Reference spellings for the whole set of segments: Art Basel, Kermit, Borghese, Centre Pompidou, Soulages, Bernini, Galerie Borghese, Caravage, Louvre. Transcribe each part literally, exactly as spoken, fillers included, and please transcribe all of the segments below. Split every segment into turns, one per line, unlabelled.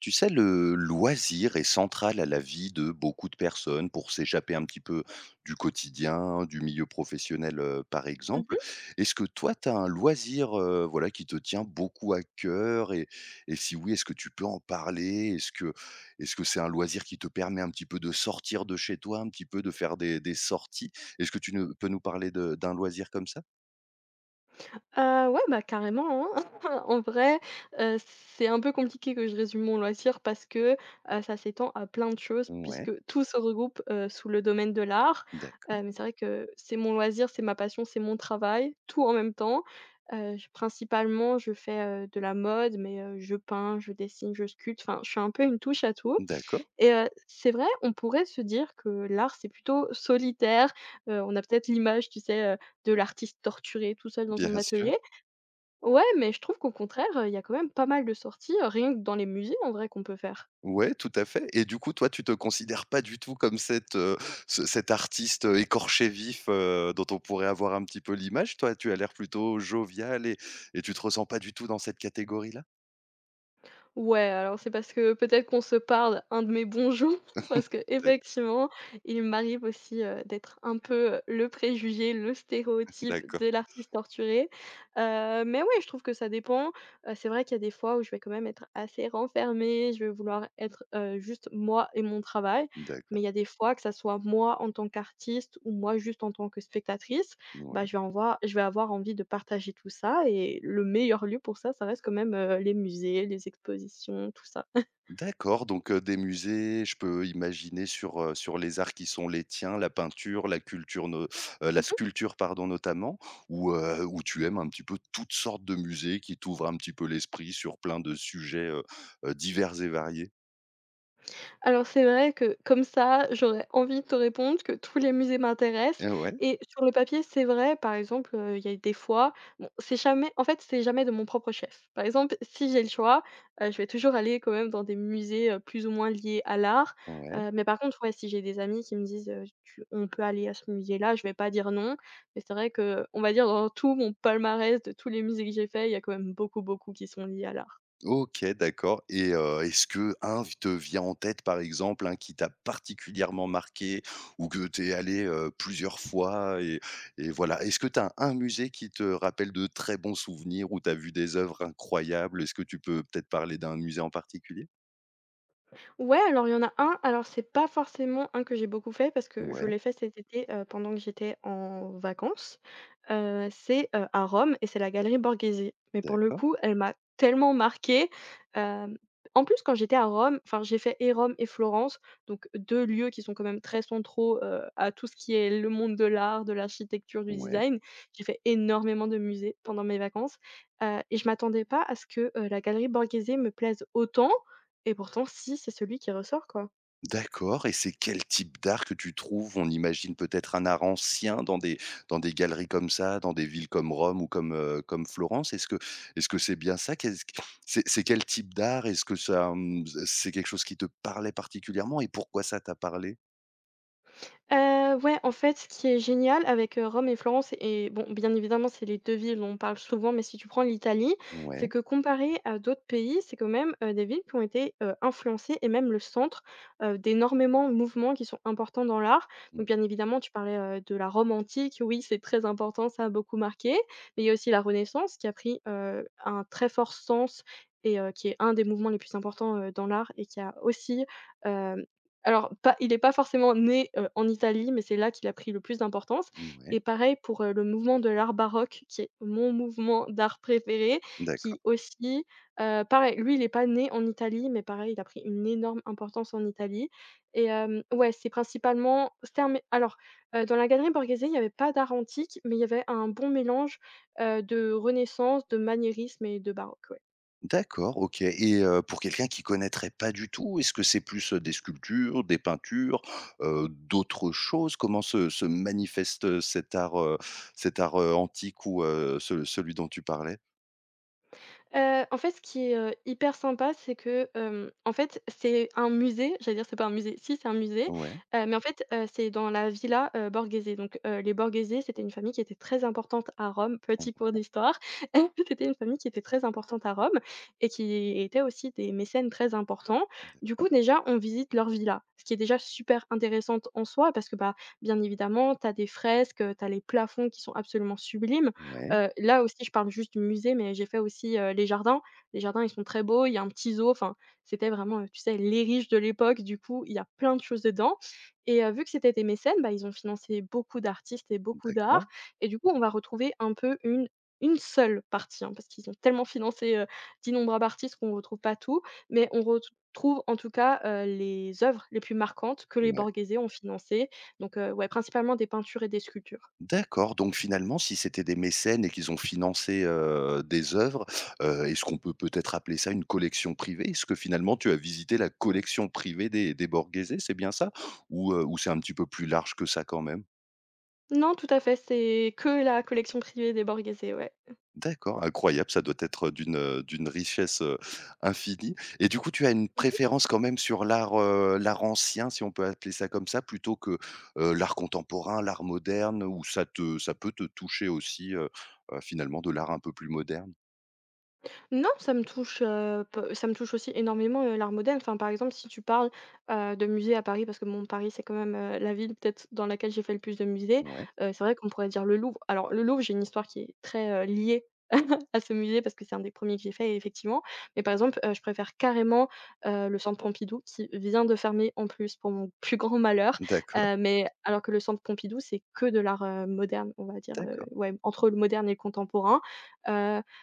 Tu sais, le loisir est central à la vie de beaucoup de personnes pour s'échapper un petit peu du quotidien, du milieu professionnel, heu, par
Mmh
exemple.
mh.
Est-ce que toi, tu as un loisir, heu, voilà, qui te tient beaucoup à cœur et et si oui, est-ce que tu peux en parler? Est-ce que est-ce que c'est un loisir qui te permet un petit peu de sortir de chez toi, un petit peu de faire des des sorties? Est-ce que tu ne peux nous parler de d'un loisir comme ça?
ouais, bah, carrément, hein. En vrai, heu, c'est un peu compliqué que je résume mon loisir parce que, heu, ça s'étend à plein de choses
Ouais,
puisque tout se regroupe, heu, sous le domaine de l'art.
d'accord,
Heu, mais c'est vrai que c'est mon loisir, c'est ma passion, c'est mon travail, tout en même temps. Heu, je principalement, je fais, heu, de la mode, mais heu, je peins, je dessine, je sculpte, enfin, je suis un peu une touche à tout.
d'accord,
Et heu, c'est vrai, on pourrait se dire que l'art, c'est plutôt solitaire, heu, on a peut-être l'image, tu sais, heu, de l'artiste torturé tout seul dans
bien
son
sûr.
atelier. Ouais, mais je trouve qu'au contraire, il y a quand même pas mal de sorties, euh, rien que dans les musées en vrai qu'on peut faire.
Ouais, tout à fait, et du coup, toi, tu te considères pas du tout comme cette, heu, ce cet artiste, heu, écorché vif, heu, dont on pourrait avoir un petit peu l'image, toi? Tu as l'air plutôt jovial, et et tu te ressens pas du tout dans cette catégorie-là?
Ouais, alors c'est parce que peut-être qu'on se parle un de mes bons jours, parce que
D'acc
effectivement, il m'arrive aussi, heu, d'être un peu, heu, le préjugé, le stéréotype
d'accord,
de l'artiste torturé. Heu, mais ouais, je trouve que ça dépend. Heu, c'est vrai qu'il y a des fois où je vais quand même être assez renfermée, je vais vouloir être, heu, juste moi et mon travail. Mais
d'accord,
il y a des fois, que ça soit moi en tant qu'artiste ou moi juste en tant que spectatrice, bah,
ouais.
je vais envoi je vais avoir envie de partager tout ça et le meilleur lieu pour ça, ça reste quand même, heu, les musées, les expositions, tout ça.
D'accord, donc heu, des musées, je peux imaginer sur, heu, sur les arts qui sont les tiens, la peinture, la culture no heu, la
Mmh.
sculpture pardon, notamment, ou heu, ou tu aimes un petit peu toutes sortes de musées qui t'ouvrent un petit peu l'esprit sur plein de sujets, heu heu, divers et variés?
Alors c'est vrai que comme ça, j'aurais envie de te répondre que tous les musées m'intéressent
Et ouais,
et sur le papier, c'est vrai, par exemple, heu, il y a des fois, bon, c'est jamais en fait, c'est jamais de mon propre chef. Par exemple, si j'ai le choix, heu, je vais toujours aller quand même dans des musées, heu, plus ou moins liés à l'art,
ouais.
heu, mais par contre, ouais, si j'ai des amis qui me disent, heu: «Tu on peut aller à ce musée-là», je vais pas dire non, mais c'est vrai que on va dire dans tout mon palmarès de tous les musées que j'ai fait, il y a quand même beaucoup, beaucoup qui sont liés à l'art.
OK, d'accord, et heu, est-ce que un te vient en tête, par exemple, un qui t'a particulièrement marqué ou que t'es allé, heu, plusieurs fois et et voilà? Est-ce que t'as un musée qui te rappelle de très bons souvenirs où t'as vu des œuvres incroyables? Est-ce que tu peux peut-être parler d'un musée en particulier?
Ouais, alors il y en a un, alors c'est pas forcément un que j'ai beaucoup fait parce que je
Ouais,
l'ai fait cet été, heu, pendant que j'étais en vacances. Heu, c'est, heu, à Rome et c'est la galerie Borghese. Mais pour le
d'accord,
coup, elle m'a tellement marquée, hem, en plus quand j'étais à Rome, enfin j'ai fait et Rome et Florence, donc deux lieux qui sont quand même très centraux, heu, à tout ce qui est le monde de l'art, de l'architecture, du
ouais.
design. J'ai fait énormément de musées pendant mes vacances, heu et je m'attendais pas à ce que, heu, la galerie Borghese me plaise autant. Et pourtant, si, c'est celui qui ressort, quoi.
D'accord, et c'est quel type d'art que tu trouves? On imagine peut-être un art ancien dans des dans des galeries comme ça, dans des villes comme Rome ou comme, heu, comme Florence. Est-ce que est-ce que c'est bien ça? Qu'est-ce que c'est c'est quel type d'art? Est-ce que ça, mmh, c'est quelque chose qui te parlait particulièrement, et pourquoi ça t'a parlé?
Heu, ouais, en fait, ce qui est génial avec, heu, Rome et Florence et bon, bien évidemment, c'est les deux villes dont on parle souvent, mais si tu prends l'Italie, c'est
Ouais,
que comparé à d'autres pays, c'est quand même, heu, des villes qui ont été, heu, influencées et même le centre, heu, d'énormément de mouvements qui sont importants dans l'art. Donc
mmh,
bien évidemment, tu parlais, heu, de la Rome antique, oui, c'est très important, ça a beaucoup marqué. Mais il y a aussi la Renaissance qui a pris, heu, un très fort sens et heu, qui est un des mouvements les plus importants, heu, dans l'art et qui a aussi, alors pas il n'est pas forcément né, heu, en Italie, mais c'est là qu'il a pris le plus d'importance
ouais,
et pareil pour, heu, le mouvement de l'art baroque qui est mon mouvement d'art préféré qui
d'accord.
aussi, heu, pareil, lui il n'est pas né en Italie, mais pareil, il a pris une énorme importance en Italie et hem, ouais, c'est principalement c'était un mé alors, heu, dans la galerie Borghese, il n'y avait pas d'art antique, mais il y avait un bon mélange, heu, de Renaissance, de maniérisme et de baroque.
D'accord, OK, et heu, pour quelqu'un qui connaîtrait pas du tout, est-ce que c'est plus, heu, des sculptures, des peintures, heu, d'autres choses? Comment se se manifeste cet art, heu, cet art, heu, antique, ou, heu, ce celui dont tu parlais?
Heu, en fait, ce qui est, heu, hyper sympa, c'est que, hem, en fait, c'est un musée, j'allais dire c'est pas un musée, si c'est un musée,
Ouais,
heu, mais en fait, heu, c'est dans la villa, heu, Borghese. Donc, heu, les Borghese, c'était une famille qui était très importante à Rome, petit
mmh,
cours d'histoire. C'était une famille qui était très importante à Rome et qui était aussi des mécènes très importants. Du coup, déjà, on visite leur villa, ce qui est déjà super intéressante en soi parce que, bah, bien évidemment, tu as des fresques, heu, tu as les plafonds qui sont absolument sublimes.
ouais,
Heu, là aussi, je parle juste du musée, mais j'ai fait aussi, heu, les jardins. Les jardins, ils sont très beaux, il y a un petit zoo, enfin, c'était vraiment, heu, tu sais, les riches de l'époque, du coup, il y a plein de choses dedans et heu, vu que c'était des mécènes, bah, ils ont financé beaucoup d'artistes et beaucoup
d'accord,
d'art et du coup, on va retrouver un peu une une seule partie, hein, parce qu'ils ont tellement financé, heu, d'innombrables artistes qu'on ne retrouve pas tout, mais on retrouve en tout cas, heu, les œuvres les plus marquantes que les
ouais.
Borghese ont financées, donc heu, ouais, principalement des peintures et des sculptures.
D'accord, donc finalement, si c'était des mécènes et qu'ils ont financé, heu, des œuvres, heu, est-ce qu'on peut peut-être appeler ça une collection privée? Est-ce que finalement tu as visité la collection privée des des Borghese, c'est bien ça? Ou, heu, ou c'est un petit peu plus large que ça quand même?
Non, tout à fait, c'est que la collection privée des Borghese, ouais.
D'accord, incroyable, ça doit être d'une, heu, d'une richesse, heu, infinie, et du coup, tu as une préférence quand même sur l'art, heu, l'art ancien, si on peut appeler ça comme ça, plutôt que, heu, l'art contemporain, l'art moderne, ou ça te ça peut te toucher aussi, heu heu, finalement, de l'art un peu plus moderne?
Non, ça me touche, heu, p ça me touche aussi énormément, heu, l'art moderne. Enfin, par exemple, si tu parles, heu, de musées à Paris, parce que mon Paris, c'est quand même, heu, la ville peut-être dans laquelle j'ai fait le plus de musées,
Ouais,
heu, c'est vrai qu'on pourrait dire le Louvre. Alors le Louvre, j'ai une histoire qui est très, heu, liée à ce musée parce que c'est un des premiers que j'ai fait effectivement. Mais par exemple, heu, je préfère carrément, heu, le Centre Pompidou qui vient de fermer en plus pour mon plus grand malheur,
d'accord,
heu, mais alors que le Centre Pompidou, c'est que de l'art, heu, moderne, on va dire, heu,
d'accord,
ouais, entre le moderne et le contemporain,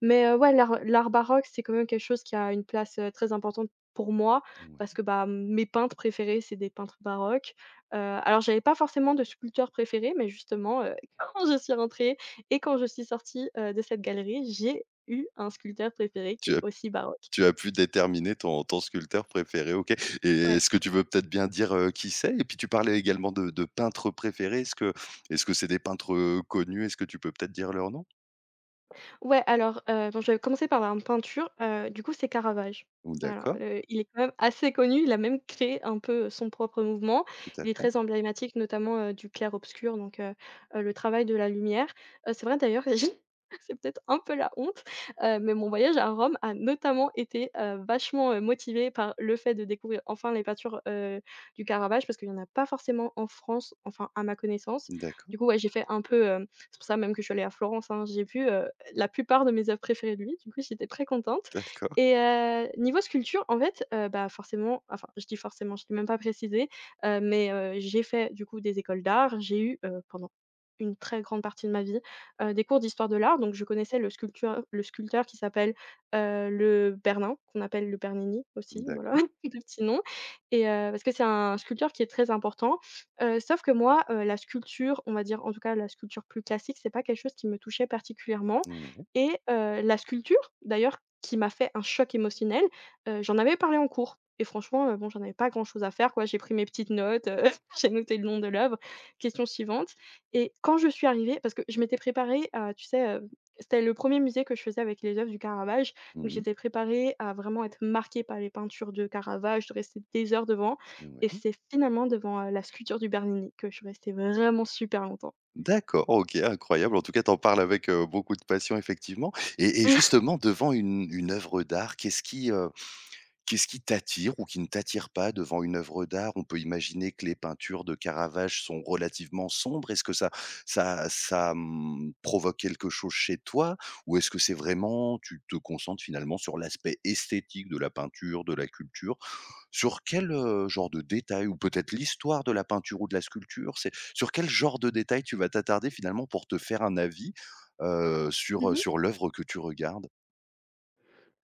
mais, heu, ouais, l'art l'art baroque, c'est quand même quelque chose qui a une place, heu, très importante pour moi parce
ouais.
que, bah, mes peintres préférés, c'est des peintres baroques. Heu, alors j'avais pas forcément de sculpteur préféré, mais justement, heu, quand je suis rentrée et quand je suis sortie, heu, de cette galerie, j'ai eu un sculpteur préféré qui
Tu
est
as
aussi baroque.
tu as pu déterminer ton ton sculpteur préféré, OK, et
Ouais.
est-ce que tu veux peut-être bien dire, heu, qui c'est? Et puis tu parlais également de de peintres préférés, est-ce que est-ce que c'est des peintres, heu, connus? Est-ce que tu peux peut-être dire leur nom?
Ouais, alors, heu, bon, je vais commencer par la peinture, heu, du coup, c'est Caravage. Alors,
D'accord,
heu, il est quand même assez connu, il a même créé un peu euh, son propre mouvement.
tout à
Il est
fait.
très emblématique, notamment, heu, du clair-obscur, donc heu heu, le travail de la lumière. Heu, c'est vrai d'ailleurs, c'est peut-être un peu la honte, heu, mais mon voyage à Rome a notamment été, heu, vachement, heu, motivé par le fait de découvrir enfin les peintures, heu, du Caravage parce qu'il y en a pas forcément en France, enfin à ma connaissance.
D'accord,
Du coup, ouais, j'ai fait un peu, euh, c'est pour ça même que je suis allée à Florence, hein. J'ai vu, heu, la plupart de mes œuvres préférées de lui, du coup, j'étais très contente
d'accord,
et heu, niveau sculpture, en fait, heu, bah, forcément enfin, je dis forcément, je ne l'ai même pas précisé, heu, mais heu, j'ai fait du coup des écoles d'art. J'ai eu, heu, pendant une très grande partie de ma vie, heu, des cours d'histoire de l'art, donc je connaissais le sculpteur le sculpteur qui s'appelle, heu, le Bernin, qu'on appelle le Bernini aussi, voilà,
d'accord.
de petits noms et heu, parce que c'est un sculpteur qui est très important. Heu, sauf que moi, heu, la sculpture, on va dire, en tout cas la sculpture plus classique, c'est pas quelque chose qui me touchait particulièrement
Ouais,
et heu, la sculpture, d'ailleurs, qui m'a fait un choc émotionnel, heu, j'en avais parlé en cours et franchement, heu, bon, j'en avais pas grand chose à faire, quoi. J'ai pris mes petites notes, heu, j'ai noté le nom de l'œuvre. Question suivante. Et quand je suis arrivée parce que je m'étais préparée à, tu sais, heu, c'était le premier musée que je faisais avec les œuvres du Caravage, donc
mmh,
j'étais préparée à vraiment être marquée par les peintures de Caravage, de rester des heures devant et
ouais.
c'est finalement devant, heu, la sculpture du Bernini que je suis restée vraiment super longtemps.
D'accord, OK, incroyable. En tout cas, t'en parles avec, heu, beaucoup de passion, effectivement, et et justement, devant une une œuvre d'art, qu'est-ce qui, heu, qu'est-ce qui t'attire ou qui ne t'attire pas devant une œuvre d'art? On peut imaginer que les peintures de Caravage sont relativement sombres. Est-ce que ça ça ça, mmh, provoque quelque chose chez toi? Ou est-ce que c'est vraiment tu te concentres finalement sur l'aspect esthétique de la peinture, de la culture? Sur quel, heu, genre de détail, ou peut-être l'histoire de la peinture ou de la sculpture? C'est sur quel genre de détail tu vas t'attarder finalement pour te faire un avis, heu, sur,
Mmh.
sur l'œuvre que tu regardes?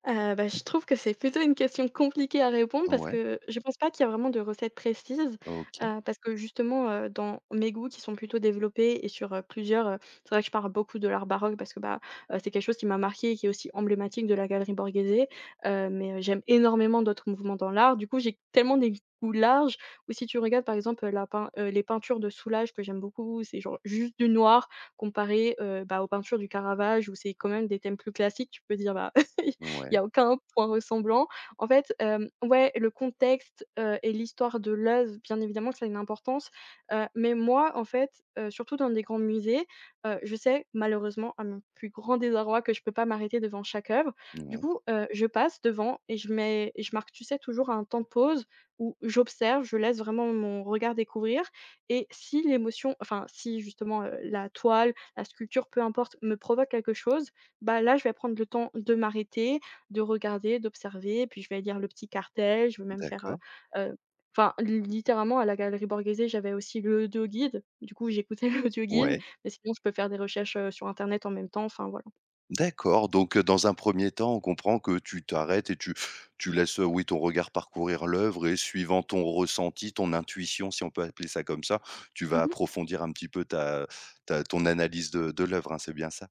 Heu, bah, je trouve que c'est plutôt une question compliquée à répondre parce
Ouais,
que je pense pas qu'il y a vraiment de recette précise,
OK,
heu, parce que justement, heu, dans mes goûts qui sont plutôt développés et sur, heu, plusieurs, heu c'est vrai que je parle beaucoup de l'art baroque parce que, bah, heu, c'est quelque chose qui m'a marquée et qui est aussi emblématique de la galerie Borghese, heu, mais, heu, j'aime énormément d'autres mouvements dans l'art. Du coup, j'ai tellement des goûts larges où si tu regardes, par exemple, la pein heu, les peintures de Soulages que j'aime beaucoup, c'est genre juste du noir comparé, heu, bah, aux peintures du Caravage où c'est quand même des thèmes plus classiques. Tu peux dire, bah il
ouais,
y a aucun point ressemblant. En fait, hem, ouais, le contexte, heu, et l'histoire de l'œuvre, bien évidemment que ça a une importance, heu, mais moi, en fait, heu, surtout dans des grands musées, heu, je sais malheureusement, à mon plus grand désarroi, que je peux pas m'arrêter devant chaque œuvre. Du
ouais,
coup, heu, je passe devant et je mets et je marque, tu sais, toujours un temps de pause où j'observe, je laisse vraiment mon regard découvrir et si l'émotion enfin, si justement, heu, la toile, la sculpture, peu importe, me provoque quelque chose, bah, là, je vais prendre le temps de m'arrêter de regarder, d'observer, puis je vais lire le petit cartel, je vais même faire, heu
d'accord,
heu, enfin littéralement à la Galerie Borghese, j'avais aussi l'audio-guide, du coup j'écoutais l'audio-guide,
ouais,
mais sinon je peux faire des recherches, heu, sur internet en même temps, enfin voilà.
d'accord, donc heu, dans un premier temps, on comprend que tu t'arrêtes et tu tu laisses, heu, oui, ton regard parcourir l'œuvre, et suivant ton ressenti, ton intuition, si on peut appeler ça comme ça, tu vas approfondir un petit peu ta ta ton analyse de de l'œuvre, hein, c'est bien ça?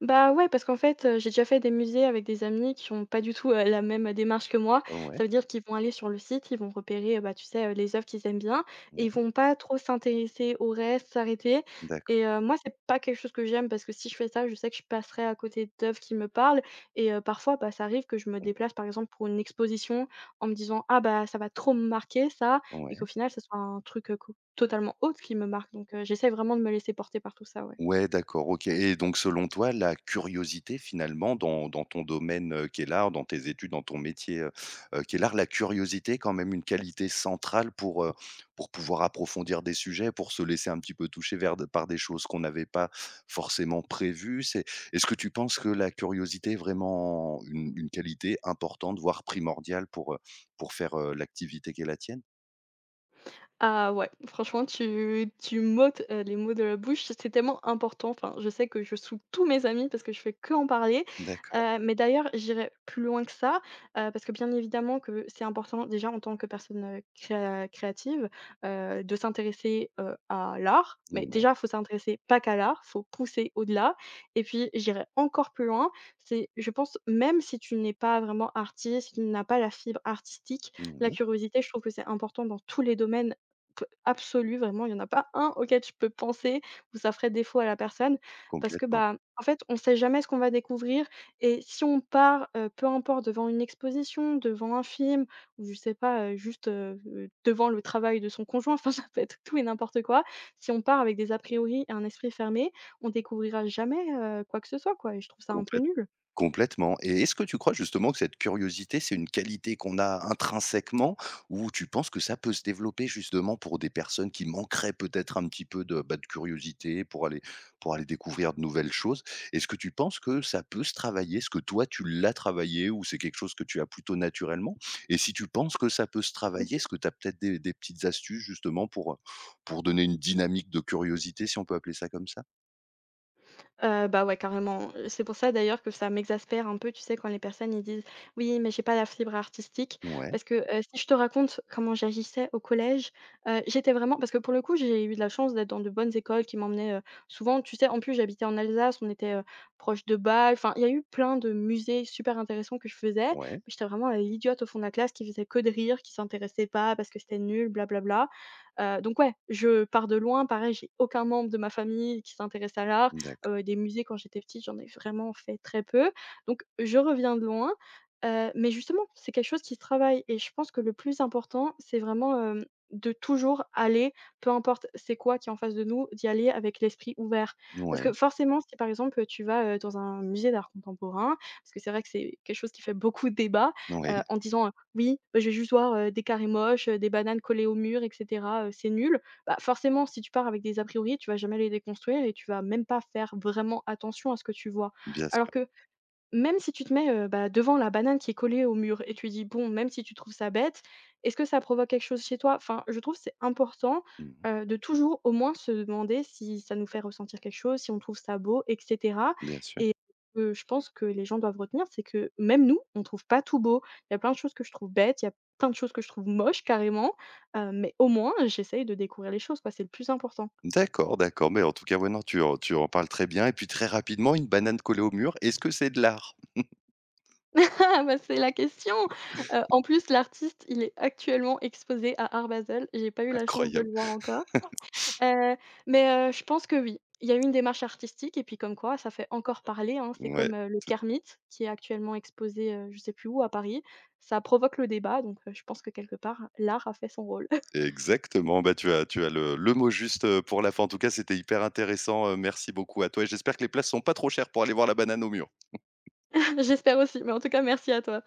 Bah, ouais, parce qu'en fait, heu, j'ai déjà fait des musées avec des amis qui ont pas du tout, heu, la même démarche que moi.
Ouais,
Ça veut dire qu'ils vont aller sur le site, ils vont repérer, heu, bah, tu sais, heu, les œuvres qu'ils aiment bien et ils
ouais,
vont pas trop s'intéresser au reste, s'arrêter
d'accord.
et heu, moi, c'est pas quelque chose que j'aime parce que si je fais ça, je sais que je passerai à côté d'œuvres qui me parlent et heu, parfois, bah, ça arrive que je me déplace, par exemple, pour une exposition en me disant: «Ah bah, ça va trop me marquer ça» et
Ouais.
qu'au final, ce soit un truc, heu, co totalement autre qui me marque donc heu, j'essaie vraiment de me laisser porter par tout ça, ouais.
Ouais, d'accord, OK, et donc selon toi, la curiosité finalement dans dans ton domaine, heu, qu'est l'art, dans tes études, dans ton métier, heu heu, qu'est l'art, la curiosité est quand même une qualité centrale pour, heu, pour pouvoir approfondir des sujets, pour se laisser un petit peu toucher vers de par des choses qu'on n'avait pas forcément prévues? C'est est-ce que tu penses que la curiosité est vraiment une une qualité importante, voire primordiale pour, heu, pour faire, heu, l'activité qui la tienne?
Ah ouais, franchement, tu tu m'ôtes, heu, les mots de la bouche, c'est tellement important. Enfin, je sais que je saoule tous mes amis parce que je fais que en parler,
D'accord,
heu, mais d'ailleurs, j'irai plus loin que ça, heu, parce que bien évidemment que c'est important déjà en tant que personne, heu, créa créative, heu, de s'intéresser, heu, à l'art. Mais
ouais,
déjà, il faut s'intéresser pas qu'à l'art, faut pousser au-delà et puis j'irai encore plus loin, c'est je pense même si tu n'es pas vraiment artiste, si tu n'as pas la fibre artistique, la
ouais,
curiosité, je trouve que c'est important dans tous les domaines, p absolu, vraiment, il y en a pas un auquel je peux penser où ça ferait défaut à la personne parce que,
complètement,
bah, en fait, on sait jamais ce qu'on va découvrir et si on part, heu, peu importe devant une exposition, devant un film ou je sais pas, heu, juste, heu heu, devant le travail de son conjoint, enfin, ça peut être tout et n'importe quoi. Si on part avec des a priori et un esprit fermé, on découvrira jamais, heu, quoi que ce soit, quoi et je trouve ça un peu
complètement.
nul.
Complètement, et est-ce que tu crois justement que cette curiosité, c'est une qualité qu'on a intrinsèquement, ou tu penses que ça peut se développer justement pour des personnes qui manqueraient peut-être un petit peu de, bah, de curiosité pour aller pour aller découvrir de nouvelles choses? Est-ce que tu penses que ça peut se travailler? Est-ce que toi tu l'as travaillé, ou c'est quelque chose que tu as plutôt naturellement? Et si tu penses que ça peut se travailler, est-ce que tu as peut-être des des petites astuces justement pour, pour donner une dynamique de curiosité, si on peut appeler ça comme ça?
Heu, bah, ouais, carrément. Heu, c'est pour ça d'ailleurs que ça m'exaspère un peu, tu sais, quand les personnes ils disent: «Oui, mais j'ai pas la fibre artistique».
Ouais,
Parce que, heu, si je te raconte comment j'agissais au collège, heu, j'étais vraiment parce que pour le coup, j'ai eu de la chance d'être dans de bonnes écoles qui m'emmenaient, heu, souvent, tu sais, en plus j'habitais en Alsace, on était, heu, proche de Bâle, enfin, il y a eu plein de musées super intéressants que je faisais. Mais
ouais,
j'étais vraiment, heu, l'idiote au fond de la classe qui faisait que de rire, qui s'intéressait pas parce que c'était nul, blablabla bla donc ouais, je pars de loin, pareil, j'ai aucun membre de ma famille qui s'intéresse à l'art.
d'accord,
Heu, des musées quand j'étais petite, j'en ai vraiment fait très peu. Donc je reviens de loin, heu, mais justement, c'est quelque chose qui se travaille et je pense que le plus important, c'est vraiment, hem, de toujours aller, peu importe c'est quoi qui est en face de nous, d'y aller avec l'esprit ouvert. Parce
ouais,
que forcément, si par exemple, tu vas, heu, dans un musée d'art contemporain, parce que c'est vrai que c'est quelque chose qui fait beaucoup débat, heu,
ouais,
en disant, heu: «Oui, bah, je vais juste voir, heu, des carrés moches, heu, des bananes collées au mur et cetera, heu, c'est nul» bah, forcément, si tu pars avec des a priori, tu vas jamais les déconstruire et tu vas même pas faire vraiment attention à ce que tu vois.
bien
Alors
sûr.
que même si tu te mets, heu, bah, devant la banane qui est collée au mur et tu dis: «Bon, même si tu trouves ça bête, est-ce que ça provoque quelque chose chez toi?» enfin, je trouve que c'est important,
Mmh mh.
heu, de toujours au moins se demander si ça nous fait ressentir quelque chose, si on trouve ça beau et cetera
Bien sûr.
et heu, je pense que les gens doivent retenir, c'est que même nous, on trouve pas tout beau. Il y a plein de choses que je trouve bêtes, il y a plein de choses que je trouve moches carrément, heu, mais au moins, j'essaye de découvrir les choses, quoi, c'est le plus important.
D'accord, d'accord, mais en tout cas, ouais, non, tu en tu en parles très bien, et puis très rapidement, une banane collée au mur, est-ce que c'est de l'art?
Ah bah, c'est la question! Heu, en plus, l'artiste, il est actuellement exposé à Art Basel. J'ai pas eu la chance de
Incroyable.
le voir encore. Heu, mais heu, je pense que oui, il y a eu une démarche artistique et puis comme quoi, ça fait encore parler, hein. C'est
Ouais,
comme, heu, le Kermit qui est actuellement exposé, heu, je sais plus où à Paris. Ça provoque le débat donc heu, je pense que quelque part, l'art a fait son rôle.
exactement, bah, tu as tu as le le mot juste, heu, pour la fin. En tout cas, c'était hyper intéressant, heu, merci beaucoup à toi, et j'espère que les places sont pas trop chères pour aller voir la banane au mur.
J'espère aussi, mais en tout cas, merci à toi.